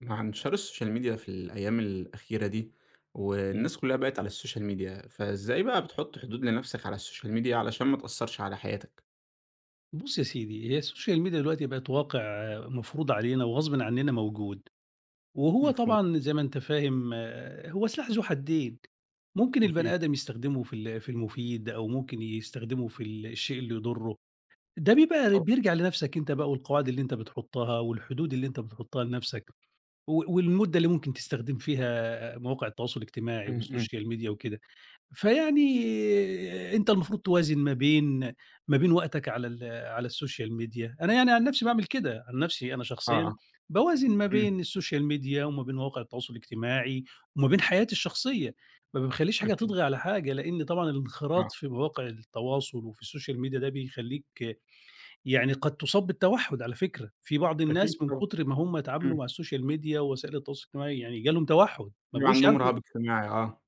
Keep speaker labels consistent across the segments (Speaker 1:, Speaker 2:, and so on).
Speaker 1: مع انتشار السوشيال ميديا في الأيام الأخيرة دي
Speaker 2: إمم.
Speaker 1: والناس كلها بقت على السوشيال ميديا فإزاي بقى بتحط حدود لنفسك على السوشيال ميديا علشان ما تأثرش على حياتك؟
Speaker 2: بُص يا سيدي، هي السوشيال ميديا دلوقتي بقت واقع مفروض علينا وغصبٍ عننا موجود، وهو
Speaker 1: مفهوم.
Speaker 2: طبعًا زي ما أنت فاهم هو سلاح ذو حدين، ممكن البني
Speaker 1: أكيد
Speaker 2: آدم يستخدمه في المفيد أو ممكن يستخدمه في الشيء اللي يضره، ده بيبقى
Speaker 1: طبعًا.
Speaker 2: بيرجع لنفسك أنت بقى والقواعد اللي أنت بتحطها والحدود اللي أنت بتحطها لنفسك، و والمدة اللي ممكن تستخدم فيها مواقع التواصل الاجتماعي
Speaker 1: إمم، إمم.
Speaker 2: والسوشيال ميديا وكده. فيعني أنت المفروض توازن ما بين وقتك على السوشيال ميديا، أنا يعني عن نفسي باعمل كده، عن نفسي أنا شخصيًا
Speaker 1: آه،
Speaker 2: باوازن ما
Speaker 1: إمم.
Speaker 2: بين السوشيال ميديا وما بين مواقع التواصل الاجتماعي وما بين حياتي الشخصية، ما باخلّيش حاجة
Speaker 1: أكيد.
Speaker 2: تطغى على حاجة، لإن طبعًا
Speaker 1: آه.
Speaker 2: الانخراط في مواقع التواصل وفي السوشيال ميديا ده بيخلّيك يعني قد تصاب بالتوحُّد على فكرة، في بعض
Speaker 1: أكيد
Speaker 2: الناس من
Speaker 1: طبعًا.
Speaker 2: كتر ما هم اتعاملوا
Speaker 1: إمم.
Speaker 2: مع السوشيال ميديا ووسائل التواصل الاجتماعي يعني جالهم توحُّد،
Speaker 1: بيبقى عندهم رهاب اجتماعي آه.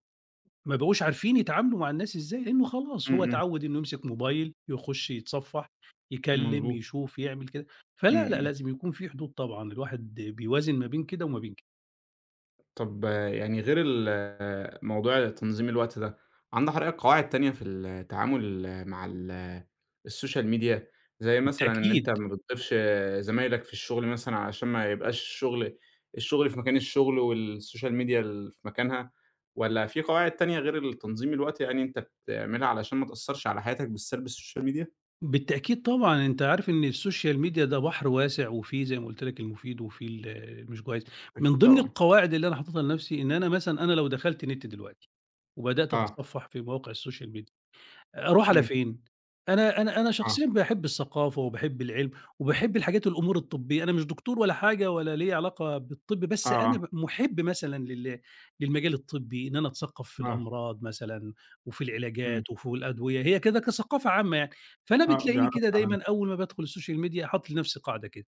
Speaker 2: ما بقوش عارفين يتعاملوا مع الناس إزاي، لإنه خلاص
Speaker 1: إمم،
Speaker 2: هو
Speaker 1: إمم.
Speaker 2: اتعوّد إنه يمسك موبايل، يخُش يتصفّح، يكلّم،
Speaker 1: مضبوط.
Speaker 2: يشوف، يعمل كده،
Speaker 1: إمم،
Speaker 2: فلأ، لأ،
Speaker 1: إمم.
Speaker 2: لازم يكون في حدود طبعًا، الواحد بيوازن ما بين كده وما بين كده.
Speaker 1: طب يعني غير ال آه، موضوع تنظيم الوقت ده، عندك حضرتك قواعد تانية في التعامل مع ال آه، السوشيال ميديا، زي مثلًا إن أنت
Speaker 2: بالتأكيد.
Speaker 1: ما بتضيفش زمايلك في الشغل مثلًا علشان ما يبقاش الشغل في مكان الشغل والسوشيال ميديا في مكانها، والّا في قواعد تانية غير تنظيم الوقت يعني أنت بتعملها علشان ما تأثّرش على حياتك بالسلب السوشيال ميديا؟
Speaker 2: بالتأكيد طبعًا، أنت عارف إن السوشيال ميديا ده بحر واسع وفيه زي ما قُلت لك المفيد وفيه المش كويس، من
Speaker 1: أكيد
Speaker 2: ضمن
Speaker 1: طبعًا،
Speaker 2: القواعد اللي أنا حاططها لنَفْسي إن أنا مثلًا أنا لو دخلت نِت دلوقتي وبدأت
Speaker 1: آه،
Speaker 2: أتصفّح في مواقع السوشيال ميديا أروح على
Speaker 1: إمم،
Speaker 2: فين؟ أنا
Speaker 1: آه،
Speaker 2: شخصيًا باحب الثقافة وباحب العلم، وباحب الأمور الطبية، أنا مش دكتور ولا حاجة ولا ليّا علاقة بالطب،
Speaker 1: آه،
Speaker 2: بس أنا
Speaker 1: آه،
Speaker 2: مُحب مثلًا للمجال الطبي، إن أنا أتثقف في
Speaker 1: آه،
Speaker 2: الأمراض مثلًا، وفي
Speaker 1: إمم،
Speaker 2: العلاجات وفي الأدوية، هي كده كثقافة عامة يعني، فأنا
Speaker 1: آه،
Speaker 2: بتلاقيني كده
Speaker 1: بيعرّفك على
Speaker 2: دايمًا
Speaker 1: نَفْسك،
Speaker 2: أول ما بادخل السوشيال ميديا حاطط لنفسي قاعدة كده.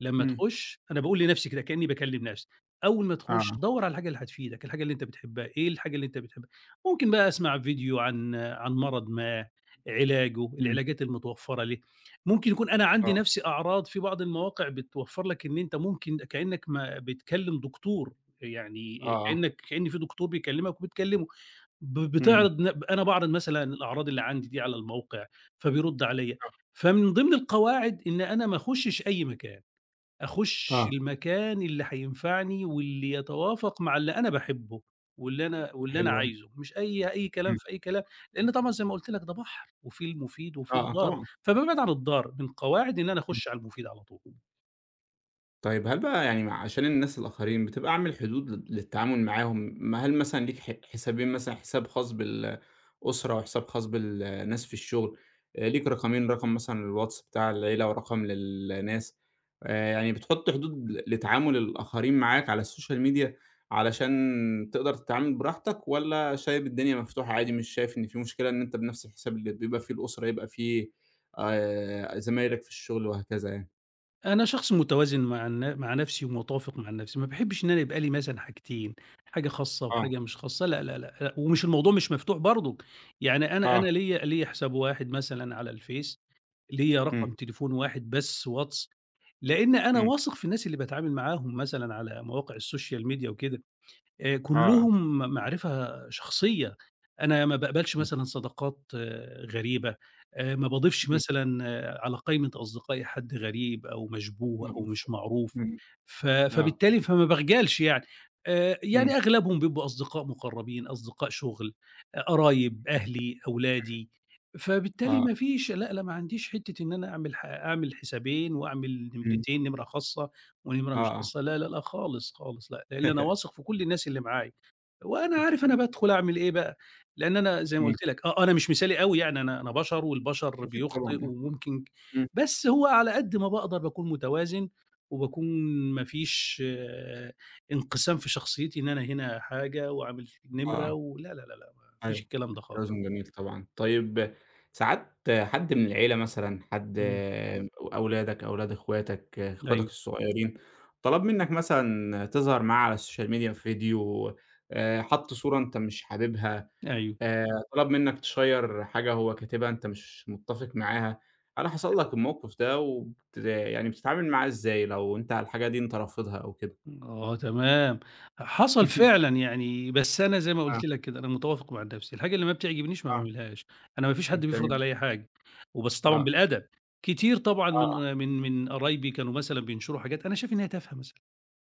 Speaker 2: لمّا
Speaker 1: إمم،
Speaker 2: تخش أنا باقول لنفسي كده كإني باكلم نفسي، أول ما تخش
Speaker 1: آه،
Speaker 2: دوّر على الحاجة اللي هتفيدك، الحاجة اللي أنت بتحبها، إيه الحاجة اللي أنت بتحبها؟ ممكن بقى أسمع فيديو عن مرض ما، علاجه،
Speaker 1: إمم،
Speaker 2: العلاجات المتوفرة ليه، ممكن يكون أنا
Speaker 1: آه،
Speaker 2: عندي نفسي أعراض في بعض المواقع بتوفر لك إن أنت ممكن كإنك ما بتكلم دكتور، يعني
Speaker 1: آه، آه.
Speaker 2: كإن في دكتور بيكلمك وبتكلمه، ب
Speaker 1: إمم.
Speaker 2: بتعرض ن أنا باعرض مثلًا الأعراض اللي عندي دي على الموقع، فبيرد عليَّ، فمن ضمن القواعد إن أنا ما أخشش أي مكان.
Speaker 1: آه،
Speaker 2: أخُش
Speaker 1: آه،
Speaker 2: المكان اللي هينفعني واللي يتوافق مع اللي أنا باحبه، واللي أنا
Speaker 1: حلو أوي.
Speaker 2: عايزه، مش أي كلام
Speaker 1: إمم.
Speaker 2: في أي كلام، لإن طبعًا زي ما قُلت لك ده بحر، وفي المفيد وفي
Speaker 1: آه، آه
Speaker 2: الضار،
Speaker 1: طبعًا.
Speaker 2: فبابعد عن الضار، من قواعدي إن أنا
Speaker 1: إمم.
Speaker 2: أخُش على المفيد على طول.
Speaker 1: طيب هل بقى يعني مع عشان الناس الآخرين بتبقى عامل حدود للتعامل معاهم، ما هل مثلًا ليك حسابين مثلًا حساب خاص بالأسرة وحساب خاص بالناس في الشغل، ليك رقمين رقم مثلًا للواتس بتاع العيلة ورقم للناس، يعني بتحط حدود لتعامل الآخرين معاك على السوشيال ميديا علشان تقدر تتعامل براحتك، والّا شايف الدنيا مفتوحة عادي مش شايف إن في مشكلة إن أنت بنفس الحساب اللي بيبقى فيه الأسرة يبقى فيه زمايلك في الشغل وهكذا يعني؟
Speaker 2: أنا شخص متوازن مع نَفْسي ومتوافق مع نَفْسي، ما باحبش إن أنا يبقى لي مثلًا حاجتين، حاجة خاصة
Speaker 1: آه،
Speaker 2: وحاجة مش خاصة، لا، لا، لأ، لأ، ومش الموضوع مش مفتوح برضُك، يعني أنا
Speaker 1: آه،
Speaker 2: أنا ليّا حساب واحد مثلًا على الفيس، ليّا رقم
Speaker 1: إمم.
Speaker 2: تليفون واحد بس واتس لإن أنا
Speaker 1: إمم،
Speaker 2: واثق في الناس اللي باتعامل معاهم مثلًا على مواقع السوشيال ميديا وكده،
Speaker 1: آه،
Speaker 2: كلّهم معرفة شخصية، أنا ما باقبلش
Speaker 1: إمم،
Speaker 2: مثلًا صداقات غريبة، ما باضيفش
Speaker 1: إمم،
Speaker 2: مثلًا على قايمة أصدقائي حد غريب أو مشبوه
Speaker 1: إمم،
Speaker 2: أو مش معروف،
Speaker 1: إمم،
Speaker 2: ف
Speaker 1: آه،
Speaker 2: فبالتالي فما باخجلش يعني، يعني
Speaker 1: إمم،
Speaker 2: أغلبهم بيبقوا أصدقاء مقربين، أصدقاء شغل، قرايب، أهلي، أولادي، فبالتالي
Speaker 1: آه،
Speaker 2: ما فيش لأ، لأ ما عنديش حتّة إن أنا أعمل حسابين وأعمل
Speaker 1: إمم،
Speaker 2: نمرتين، نمرة خاصة والنمرة
Speaker 1: آه،
Speaker 2: مش
Speaker 1: آه.
Speaker 2: قصة لا، لا، لأ خالص، خالص لأ، لإن أنا واثق في كل الناس اللي معايا، وأنا عارف أنا بادخل أعمل إيه بقى، لإن أنا زي ما
Speaker 1: إمم،
Speaker 2: قُلت لك أنا مش مثالي أوي يعني أنا بشر والبشر
Speaker 1: أكيد
Speaker 2: بيخطئ
Speaker 1: طبعًا،
Speaker 2: وممكن
Speaker 1: إمم،
Speaker 2: بس هو على قد ما باقدر باكون متوازن، وباكون ما فيش انقسام في شخصيتي إن أنا هنا حاجة وعامل نمرة
Speaker 1: آه،
Speaker 2: ولا، لا، لا، لأ، ما فيش
Speaker 1: أيوه،
Speaker 2: الكلام ده خالص.
Speaker 1: التوازن جميل طبعًا. طيب ساعات حد من العيلة مثلًا، حد
Speaker 2: إمم،
Speaker 1: أولادك، أولاد أخواتك، أخواتك
Speaker 2: أيوه،
Speaker 1: الصغيّرين، طلب منّك مثلًا تظهر معاه على السوشيال ميديا في فيديو، حَط صورة أنت مش حاببها
Speaker 2: أيوه.
Speaker 1: آآ، طلب منك تشيّر حاجة هو كاتبها أنت مش متّفق معاها، هل حصل لك الموقف ده يعني بتتعامل معاه إزاي لو أنت على الحاجة دي أنت رافضها أو كده؟
Speaker 2: آه تمام، حصل فعلًا يعني، بس أنا زي ما
Speaker 1: آه،
Speaker 2: قُلت لك كده، أنا متوافق مع نفسي، الحاجة اللي ما بتعجبنيش ما
Speaker 1: آه،
Speaker 2: باعملهاش، أنا ما فيش
Speaker 1: ما
Speaker 2: حد بيفرض
Speaker 1: بتعملش
Speaker 2: عليّا حاجة، وبس طبعًا
Speaker 1: آه،
Speaker 2: بالأدب، كتير طبعًا
Speaker 1: آه،
Speaker 2: من قرايبي كانوا مثلًا بينشروا حاجات أنا شايف إن هي تافهة مثلًا،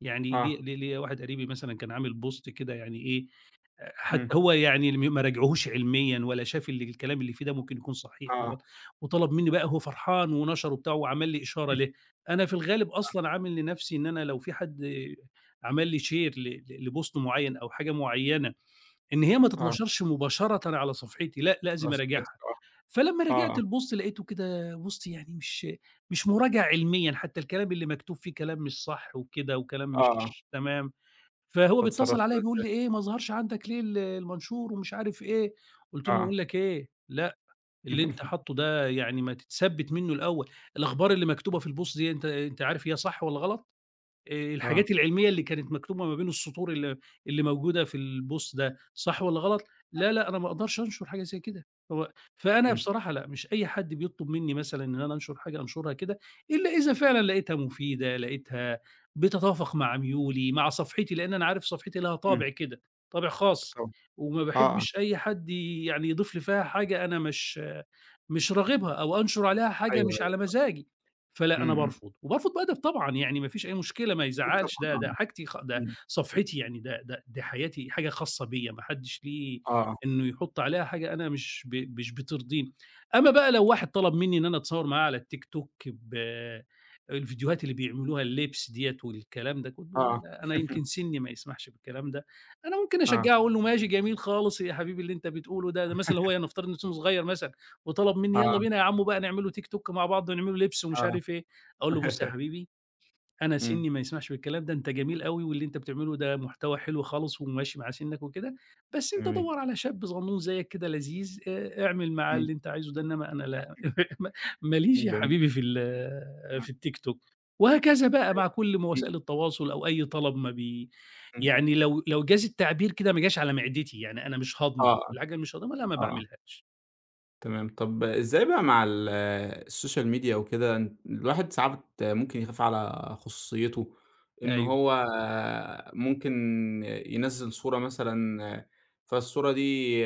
Speaker 2: يعني ليّا
Speaker 1: آه،
Speaker 2: ليّا ليّا واحد قريبي مثلًا كان عامل بوست كده يعني إيه، حتى
Speaker 1: إمم،
Speaker 2: هو يعني اللي ما راجعهوش علميًا ولا شاف اللي الكلام اللي فيه ده ممكن يكون صحيح
Speaker 1: آه،
Speaker 2: والغلط، وطلب منّي بقى هو فرحان ونشره وبتاع وعمل لي إشارة ليه، أنا في الغالب أصلًا عامل لنفسي إن أنا لو في حد عمل لي share ل ل لpost معيّن أو حاجة معيّنة، إن هي ما
Speaker 1: آه،
Speaker 2: تتنشرش مباشرةً على صفحتي، لأ
Speaker 1: آه،
Speaker 2: لازم
Speaker 1: صاحبتك
Speaker 2: أراجعها، فلمّا
Speaker 1: آه،
Speaker 2: راجعت
Speaker 1: آه،
Speaker 2: الpost لقيته كده post يعني مش مراجعة علميًا، حتى الكلام اللي مكتوب فيه كلام مش صح وكده وكلام
Speaker 1: آه، آه،
Speaker 2: مش تمام. فهو بيتصل
Speaker 1: فاتصرّفت
Speaker 2: عليّا
Speaker 1: بقى
Speaker 2: بيقول لي:
Speaker 1: إزاي؟
Speaker 2: "إيه ما ظهرش عندك ليه المنشور،" ومش عارف إيه، قُلت له: "باقول
Speaker 1: آه،
Speaker 2: لك إيه، لأ، اللي أنت حاطّه ده يعني ما تتثبِّت منّه الأول، الأخبار اللي مكتوبة في الpost دي أنت عارف هي صح والّا غلط؟"
Speaker 1: آه،
Speaker 2: الحاجات العلمية اللي كانت مكتوبة ما بين السطور اللي موجودة في البوست ده، صح والّا غلط؟ لا، لأ، أنا ما أقدرش أنشر حاجة زي كده، هو فأنا
Speaker 1: إمم،
Speaker 2: بصراحة لأ، مش أي حد بيطلب منّي مثلًا إن أنا أنشر حاجة أنشرها كده، إلا إذا فعلًا لقيتها مفيدة، لقيتها بتتوافق مع ميولي، مع صفحتي، لإن أنا عارف صفحتي لها
Speaker 1: إمم،
Speaker 2: طابع كده، طابع خاص،
Speaker 1: طبعًا،
Speaker 2: وما
Speaker 1: آه، آه،
Speaker 2: باحبش أي حد يعني يضيف لي فيها حاجة أنا مش راغبها، أو أنشر عليها حاجة
Speaker 1: أيوه،
Speaker 2: مش
Speaker 1: أيوه،
Speaker 2: على
Speaker 1: صح،
Speaker 2: مزاجي. فلأ،
Speaker 1: إمم،
Speaker 2: أنا
Speaker 1: إمم،
Speaker 2: بارفض، وبارفض بأدب طبعًا، يعني ما فيش أي مشكلة، ما
Speaker 1: أكيد
Speaker 2: يزعّلش، ده
Speaker 1: طبعًا
Speaker 2: ده
Speaker 1: آه،
Speaker 2: حاجتي خ ده
Speaker 1: إمم،
Speaker 2: صفحتي يعني، ده ده دي حياتي، حاجة خاصة بيّا، ما حدّش ليه
Speaker 1: آه،
Speaker 2: إنه يحُط عليها حاجة أنا مش بترضيني. أمّا بقى لو واحد طلب منّي إن أنا أتصوّر معاه على الTikTok الفيديوهات اللي بيعملوها اللبس ديّة والكلام ده كُلّه، لا،
Speaker 1: آه،
Speaker 2: لا، أنا يمكن سِنّي ما يسمحش بالكلام ده. أنا ممكن
Speaker 1: آه،
Speaker 2: أشجّعه، أقول له: "ماشي، جميل خالص يا حبيبي اللي أنت بتقوله ده." ده مثلًا هو يعني نفترض إن سِنّه صغير مثلًا. وطلب منّي يالّا
Speaker 1: آه،
Speaker 2: بينا يا عمو بقى نعمله تيك توك مع بعض ونعمله لبس ومش
Speaker 1: آه،
Speaker 2: عارف إيه، أقول له: "بُص يا حبيبي، أنا
Speaker 1: إمم.
Speaker 2: سِنّي ما يسمحش بالكلام ده، أنت جميل أوي واللي أنت بتعمله ده محتوى حلو خالص وماشي مع سِنّك وكده، بس أنت
Speaker 1: جميل.
Speaker 2: دَوّر على شاب صغنون زيّك كده لذيذ، اعمل معاه
Speaker 1: إمم.
Speaker 2: اللي أنت عايزه ده، إنّما أنا لا ما ماليش يا
Speaker 1: جميل.
Speaker 2: حبيبي
Speaker 1: آه.
Speaker 2: في التيك توك." وهكذا بقى مع كل ما
Speaker 1: إمم،
Speaker 2: وسائل التواصل أو أي طلب ما بي
Speaker 1: إمم.
Speaker 2: يعني لو جاز التعبير كده ما جاش على معدتي، يعني أنا مش
Speaker 1: آه،
Speaker 2: هاضمه،
Speaker 1: آه،
Speaker 2: الحاجة اللي مش هاضمها لأ ما
Speaker 1: آه.
Speaker 2: باعملهاش.
Speaker 1: تمام. طب إزاي بقى مع السوشيال ميديا وكده أن الواحد ساعات ممكن يخاف على خصوصيته، إن
Speaker 2: أيوه.
Speaker 1: هو ممكن ينزّل صورة مثلًا، فالصورة دي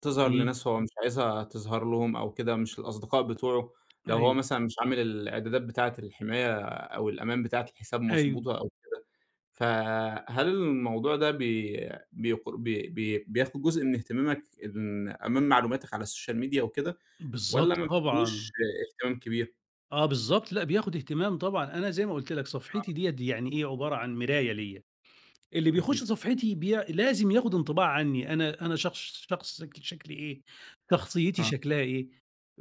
Speaker 1: تظهر
Speaker 2: إمم.
Speaker 1: لناس هو مش عايزها تظهر لهم أو كده مش الأصدقاء بتوعه، لو هو
Speaker 2: أيوه،
Speaker 1: مثلًا مش عامل الإعدادات بتاعة الحماية أو الأمان بتاعة الحساب
Speaker 2: أيوه،
Speaker 1: مضبوطة أو فهل الموضوع ده بي بيق بي بي بياخد جزء من اهتمامك إن أمام معلوماتك على السوشيال ميديا وكده
Speaker 2: بالضبط
Speaker 1: والّا ما بتديهوش
Speaker 2: طبعًا،
Speaker 1: اهتمام كبير؟
Speaker 2: آه بالضبط، لأ بياخد اهتمام طبعًا، أنا زي ما قُلت لك صفحتي
Speaker 1: آه،
Speaker 2: ديّة يعني إيه، عبارة عن مراية ليّا. اللي بيخش
Speaker 1: أكيد.
Speaker 2: صفحتي لازم ياخد انطباع عني، أنا شخص شخص شك شكلي إيه، شخصيتي
Speaker 1: آه،
Speaker 2: شكلها إيه،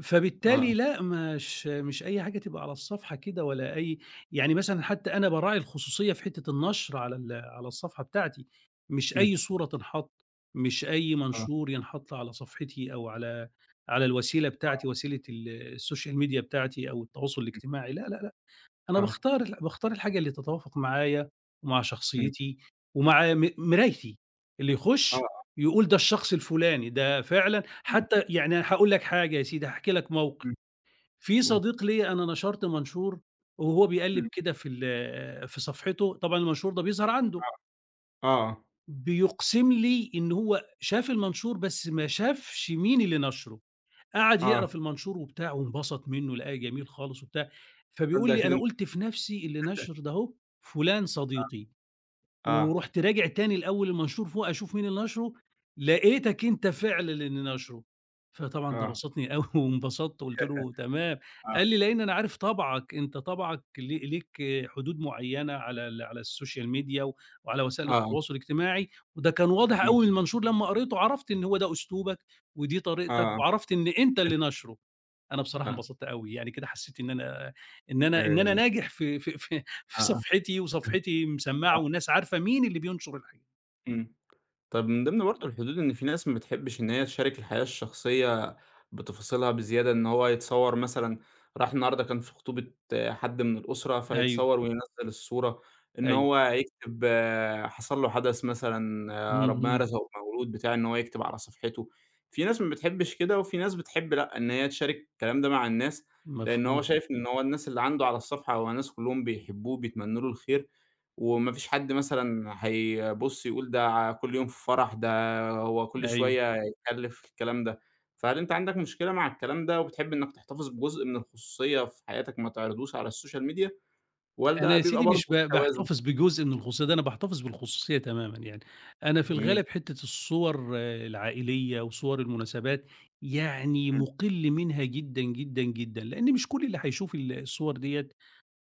Speaker 2: فبالتالي
Speaker 1: آه،
Speaker 2: لأ، مش أي حاجة تبقى على الصفحة كده ولا أي يعني مثلًا حتى أنا باراعي الخصوصية في حتة النشر على الصفحة بتاعتي، مش أي
Speaker 1: إمم،
Speaker 2: صورة تنحط، مش أي
Speaker 1: آه،
Speaker 2: منشور ينحط على صفحتي أو على الوسيلة بتاعتي، وسيلة السوشيال ميديا بتاعتي أو التواصل
Speaker 1: إمم،
Speaker 2: الاجتماعي، لا، لا، أنا
Speaker 1: آه،
Speaker 2: باختار الحاجة اللي تتوافق معايا ومع
Speaker 1: إمم،
Speaker 2: شخصيتي ومع مرايتي، اللي
Speaker 1: آه،
Speaker 2: يخُش
Speaker 1: آه،
Speaker 2: يقول ده الشخص الفلاني، ده فعلًا
Speaker 1: إمم،
Speaker 2: حتى يعني هاقول لك حاجة يا سيدي، هاحكي لك موقف.
Speaker 1: إمم،
Speaker 2: في
Speaker 1: قُل،
Speaker 2: صديق ليّا أنا نشرت منشور وهو بيقلِّب
Speaker 1: إمم،
Speaker 2: كده في صفحته، طبعًا المنشور ده بيظهر عنده،
Speaker 1: آه، آه،
Speaker 2: بيقسم لي إن هو شاف المنشور بس ما شافش مين اللي نشره. قعد يقرا
Speaker 1: آه،
Speaker 2: في المنشور وبتاع وانبسط منه لقاه جميل خالص وبتاع
Speaker 1: تصدق
Speaker 2: فبيقول لي
Speaker 1: أكيد
Speaker 2: انا
Speaker 1: أنت
Speaker 2: قلت في نفسي اللي نشر ده اهو فلان صديقي
Speaker 1: آه،
Speaker 2: ورُحت راجع تاني لأول المنشور فوق أشوف مين اللي نشره، لقيتك أنت فعلًا اللي نشره، فطبعًا ده
Speaker 1: آه،
Speaker 2: بسطني أوي وانبسطت وقُلت له: "تمام."
Speaker 1: آه،
Speaker 2: قال لي: "لإن أنا عارف طبعك، أنت طبعك ليك حدود معيّنة على السوشيال ميديا و وعلى وسائل
Speaker 1: آه،
Speaker 2: التواصل الاجتماعي." وده كان واضح
Speaker 1: إمم،
Speaker 2: أوي من المنشور لمّا قريته، عرفت إن هو ده أسلوبك ودي طريقتك
Speaker 1: آه،
Speaker 2: وعرفت إن أنت اللي نشره. أنا بصراحة
Speaker 1: آه،
Speaker 2: انبسطت أوي، يعني كده حسيت إن أنا إن أنا إن
Speaker 1: آه،
Speaker 2: أنا ناجح في
Speaker 1: آه،
Speaker 2: صفحتي، وصفحتي مسمّعة
Speaker 1: آه،
Speaker 2: والناس عارفة مين اللي بينشر الحاجة.
Speaker 1: إمم. طيب من ضمن برضه الحدود إن في ناس ما بتحبّش إن هي تشارك الحياة الشخصية بتفاصيلها بزيادة، إن هو يتصوّر مثلًا راح النهارده كان في خطوبة حد من الأسرة،
Speaker 2: أيوه،
Speaker 1: فيتصوّر وينزّل الصورة، إن
Speaker 2: أيوه.
Speaker 1: هو يكتب حصل له حدث مثلًا،
Speaker 2: إمم،
Speaker 1: ربنا
Speaker 2: إمم،
Speaker 1: رزقه بمولود بتاع، إن هو يكتب على صفحته. في ناس ما بتحبّش كده، وفي ناس بتحب لأ، إن هي تشارك الكلام ده مع الناس، لإن هو
Speaker 2: مفهوم،
Speaker 1: شايف إن هو الناس اللي عنده على الصفحة هو ناس كلّهم بيحبّوه، بيتمنّوا له الخير، وما فيش حد مثلًا هيبُص يقول ده كل يوم في فرح، ده هو كل
Speaker 2: أيوه.
Speaker 1: شوية يتكلّف الكلام ده. فهل أنت عندك مشكلة مع الكلام ده وبتحب إنّك تحتفظ بجزء من الخصوصية في حياتك ما تعرضوش على السوشيال ميديا
Speaker 2: أنا
Speaker 1: والّا
Speaker 2: يا
Speaker 1: بيبقى
Speaker 2: سيدي
Speaker 1: برضه
Speaker 2: مش
Speaker 1: في توازن؟
Speaker 2: باحتفظ بجزء من الخصوصية ده، أنا باحتفظ بالخصوصية تمامًا يعني. أنا في
Speaker 1: جميل.
Speaker 2: الغالب حتّة الصور العائلية وصور المناسبات، يعني
Speaker 1: إمم.
Speaker 2: مُقِل منها جدًا، جدًا، جدًا، لإن مش كل اللي هيشوف الصور ديّة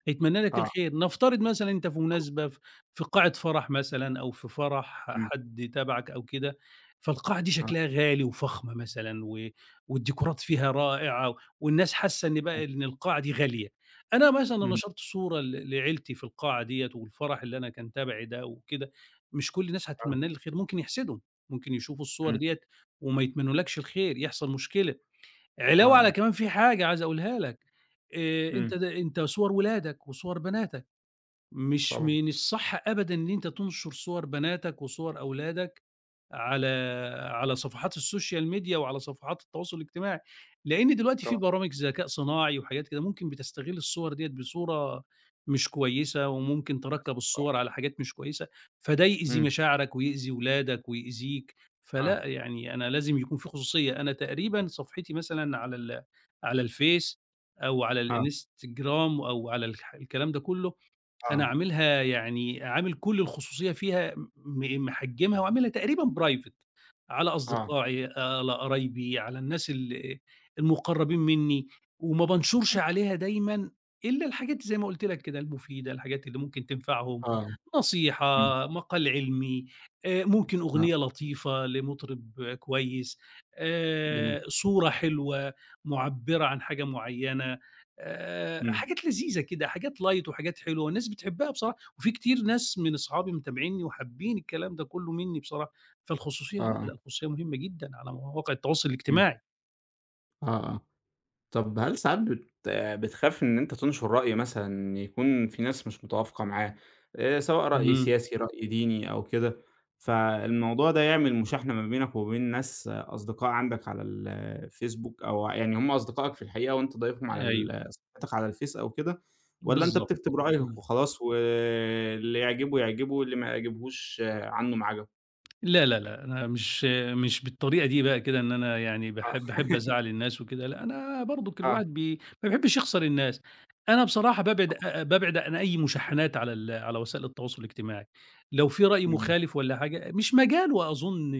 Speaker 2: يتمنى لك
Speaker 1: آه،
Speaker 2: الخير، نفترض مثلًا أنت في
Speaker 1: طبعًا.
Speaker 2: مناسبة في قاعة فرح مثلًا أو في فرح
Speaker 1: إمم.
Speaker 2: حد تبعك أو كده، فالقاعة دي
Speaker 1: آه.
Speaker 2: شكلها غالي وفخمة مثلًا و والديكورات فيها رائعة والناس حاسة إن بقى إن القاعة دي غالية، أنا مثلًا
Speaker 1: إمم.
Speaker 2: نشرت صورة لعيلتي في القاعة ديّة والفرح اللي أنا كان تبعي ده وكده، مش كل الناس
Speaker 1: آه.
Speaker 2: هتتمنى لي الخير، ممكن يحسدوا، ممكن يشوفوا الصور
Speaker 1: إمم.
Speaker 2: ديّة وما يتمنولكش الخير، يحصل مشكلة. علاوة على
Speaker 1: آه.
Speaker 2: كمان في حاجة عايز أقولها لك،
Speaker 1: إمم.
Speaker 2: أنت صور ولادك وصور بناتك، مش
Speaker 1: طبعًا،
Speaker 2: من الصح أبدًا إن أنت تنشر صور بناتك وصور أولادك على على صفحات السوشيال ميديا وعلى صفحات التواصل الاجتماعي، لإن دلوقتي في
Speaker 1: طبعًا
Speaker 2: برامج ذكاء صناعي وحاجات كده ممكن بتستغل الصور ديّة بصورة مش كويسة، وممكن تركّب
Speaker 1: للأسف آه.
Speaker 2: الصور على حاجات مش كويسة، فده يأذي
Speaker 1: إمم.
Speaker 2: مشاعرك ويأذي ولادك ويأذيك،
Speaker 1: آه.
Speaker 2: فلأ يعني أنا لازم يكون في خصوصية، أنا تقريبًا صفحتي مثلًا على الفيس أو على
Speaker 1: آه.
Speaker 2: الإنستجرام أو على الكلام ده كلّه أنا
Speaker 1: آه.
Speaker 2: عاملها يعني عامل كل الخصوصية فيها محجمها وعاملها تقريبًا private على
Speaker 1: آه.
Speaker 2: أصدقائي، على قرايبي، على الناس المقربين مني، وما بانشرش
Speaker 1: إمم.
Speaker 2: عليها دايمًا إلا الحاجات زي ما قلت لك كده المفيدة، الحاجات اللي ممكن تنفعهم،
Speaker 1: آه.
Speaker 2: نصيحة،
Speaker 1: إمم.
Speaker 2: مقال علمي، ممكن
Speaker 1: آه.
Speaker 2: أغنية لطيفة لمطرب كويس،
Speaker 1: جميل.
Speaker 2: صورة حلوة معبرة عن حاجة معينة.
Speaker 1: إمم.
Speaker 2: حاجات لذيذة كده، حاجات light وحاجات حلوة والناس بتحبها بصراحة، وفي كتير ناس من أصحابي متابعينّي وحابين الكلام ده كلّه منّي بصراحة، فالخصوصية لأ،
Speaker 1: آه.
Speaker 2: لأ الخصوصية مهمة جدًا على مواقع التواصل
Speaker 1: إمم.
Speaker 2: الاجتماعي.
Speaker 1: آه، آه. طب هل ساعات بتخاف إن أنت تنشر رأي مثلًا يكون في ناس مش متوافقة معاه، سواء رأي
Speaker 2: إمم،
Speaker 1: سياسي، رأي ديني أو كده، فالموضوع ده يعمل مشاحنة ما بينك وبين ناس أصدقاء عندك على الفيسبوك أو يعني هم أصدقائك في الحقيقة وأنت ضايفهم على
Speaker 2: أيوه،
Speaker 1: صفحتك على الفيس أو كده، والّا أنت
Speaker 2: بالضبط.
Speaker 1: بتكتب رأيك
Speaker 2: إمم.
Speaker 1: وخلاص واللي يعجبه يعجبه واللي ما يعجبهوش عنّه ما عَجَبه؟
Speaker 2: لا، لا، لأ، أنا مش بالطريقة دي بقى كده إن أنا يعني باحب أزعّل الناس وكده، لأ، أنا برضُك
Speaker 1: آه، آه،
Speaker 2: الواحد ما بيحبش يخسر الناس. أنا بصراحة
Speaker 1: طبعًا،
Speaker 2: بابعد عن أي مشاحنات على وسائل التواصل الاجتماعي، لو في رأي
Speaker 1: إمم،
Speaker 2: مخالف والّا حاجة مش مجاله أظُن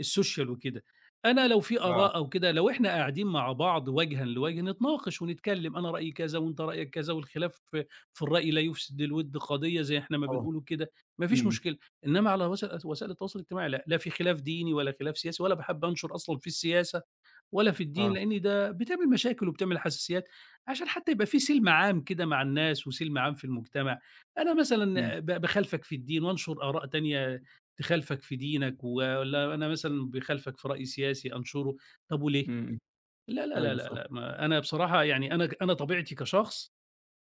Speaker 2: السوشيال وكده، أنا لو في
Speaker 1: آه،
Speaker 2: آراء أو كده لو إحنا قاعدين مع بعض وجهًا لوجه نتناقش ونتكلّم، أنا رأيي كذا وأنت رأيك كذا والخلاف في الرأي لا يُفسد للوِد قضية زي إحنا ما
Speaker 1: طبعًا،
Speaker 2: بنقولوا كده، ما فيش
Speaker 1: إمم،
Speaker 2: مشكلة. إنما على وسائل التواصل الاجتماعي لأ، لا في خلاف ديني ولا خلاف سياسي ولا باحب أنشر أصلًا في السياسة ولا في الدين،
Speaker 1: آه،
Speaker 2: لإن ده بتعمل مشاكل وبتعمل حساسيات عشان حتى يبقى في سلم عام كده مع الناس وسلم عام في المجتمع. أنا
Speaker 1: إمم،
Speaker 2: مثلًا باخالفك في الدين وأنشر آراء تانية تخالفك في دينك، والّا أنا مثلًا باخالفك في رأي سياسي أنشره، طب
Speaker 1: إمم،
Speaker 2: وليه؟
Speaker 1: إمم،
Speaker 2: لا، لا، لا،
Speaker 1: أيوه
Speaker 2: لا،
Speaker 1: صح.
Speaker 2: لأ، ما أنا بصراحة يعني أنا طبيعتي كشخص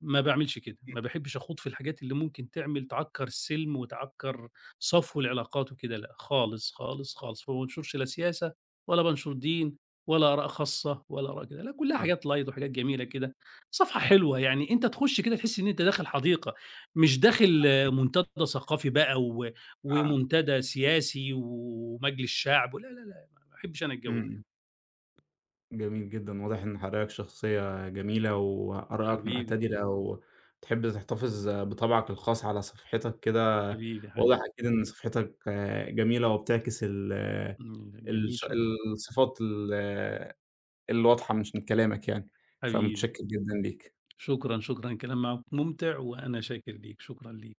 Speaker 2: ما باعملش كده، ما باحبش أخوض في الحاجات اللي ممكن تعمل تعكّر السلم وتعكّر صفو العلاقات وكده لأ، خالص، خالص، خالص، فما بانشرش لا سياسة ولا بانشر دين ولا آراء خاصة ولا آراء كده، لأ كلّها
Speaker 1: آه،
Speaker 2: حاجات light وحاجات جميلة كده، صفحة حلوة يعني أنت تخش كده تحس إن أنت داخل حديقة، مش داخل منتدى ثقافي بقى و
Speaker 1: آه،
Speaker 2: ومنتدى سياسي ومجلس شعب لا، لا، لا، ما باحبش أنا الجو ده.
Speaker 1: إمم، جميل جدًا، واضح إن حضرتك شخصية جميلة وآرائك
Speaker 2: حبيبي،
Speaker 1: معتدلة وبتحب تحتفظ بطبعك الخاص على صفحتك كده،
Speaker 2: حبيبي،
Speaker 1: واضح
Speaker 2: حبيبي،
Speaker 1: أكيد إن صفحتك جميلة وبتعكس ال
Speaker 2: إمم، جميل
Speaker 1: الش
Speaker 2: شكرًا،
Speaker 1: الصفات الواضحة مش من كلامك يعني،
Speaker 2: حبيبي.
Speaker 1: فمتشكر جدًا ليك.
Speaker 2: شكرًا، شكرًا، الكلام معاك ممتع وأنا شاكر ليك، شكرًا ليك.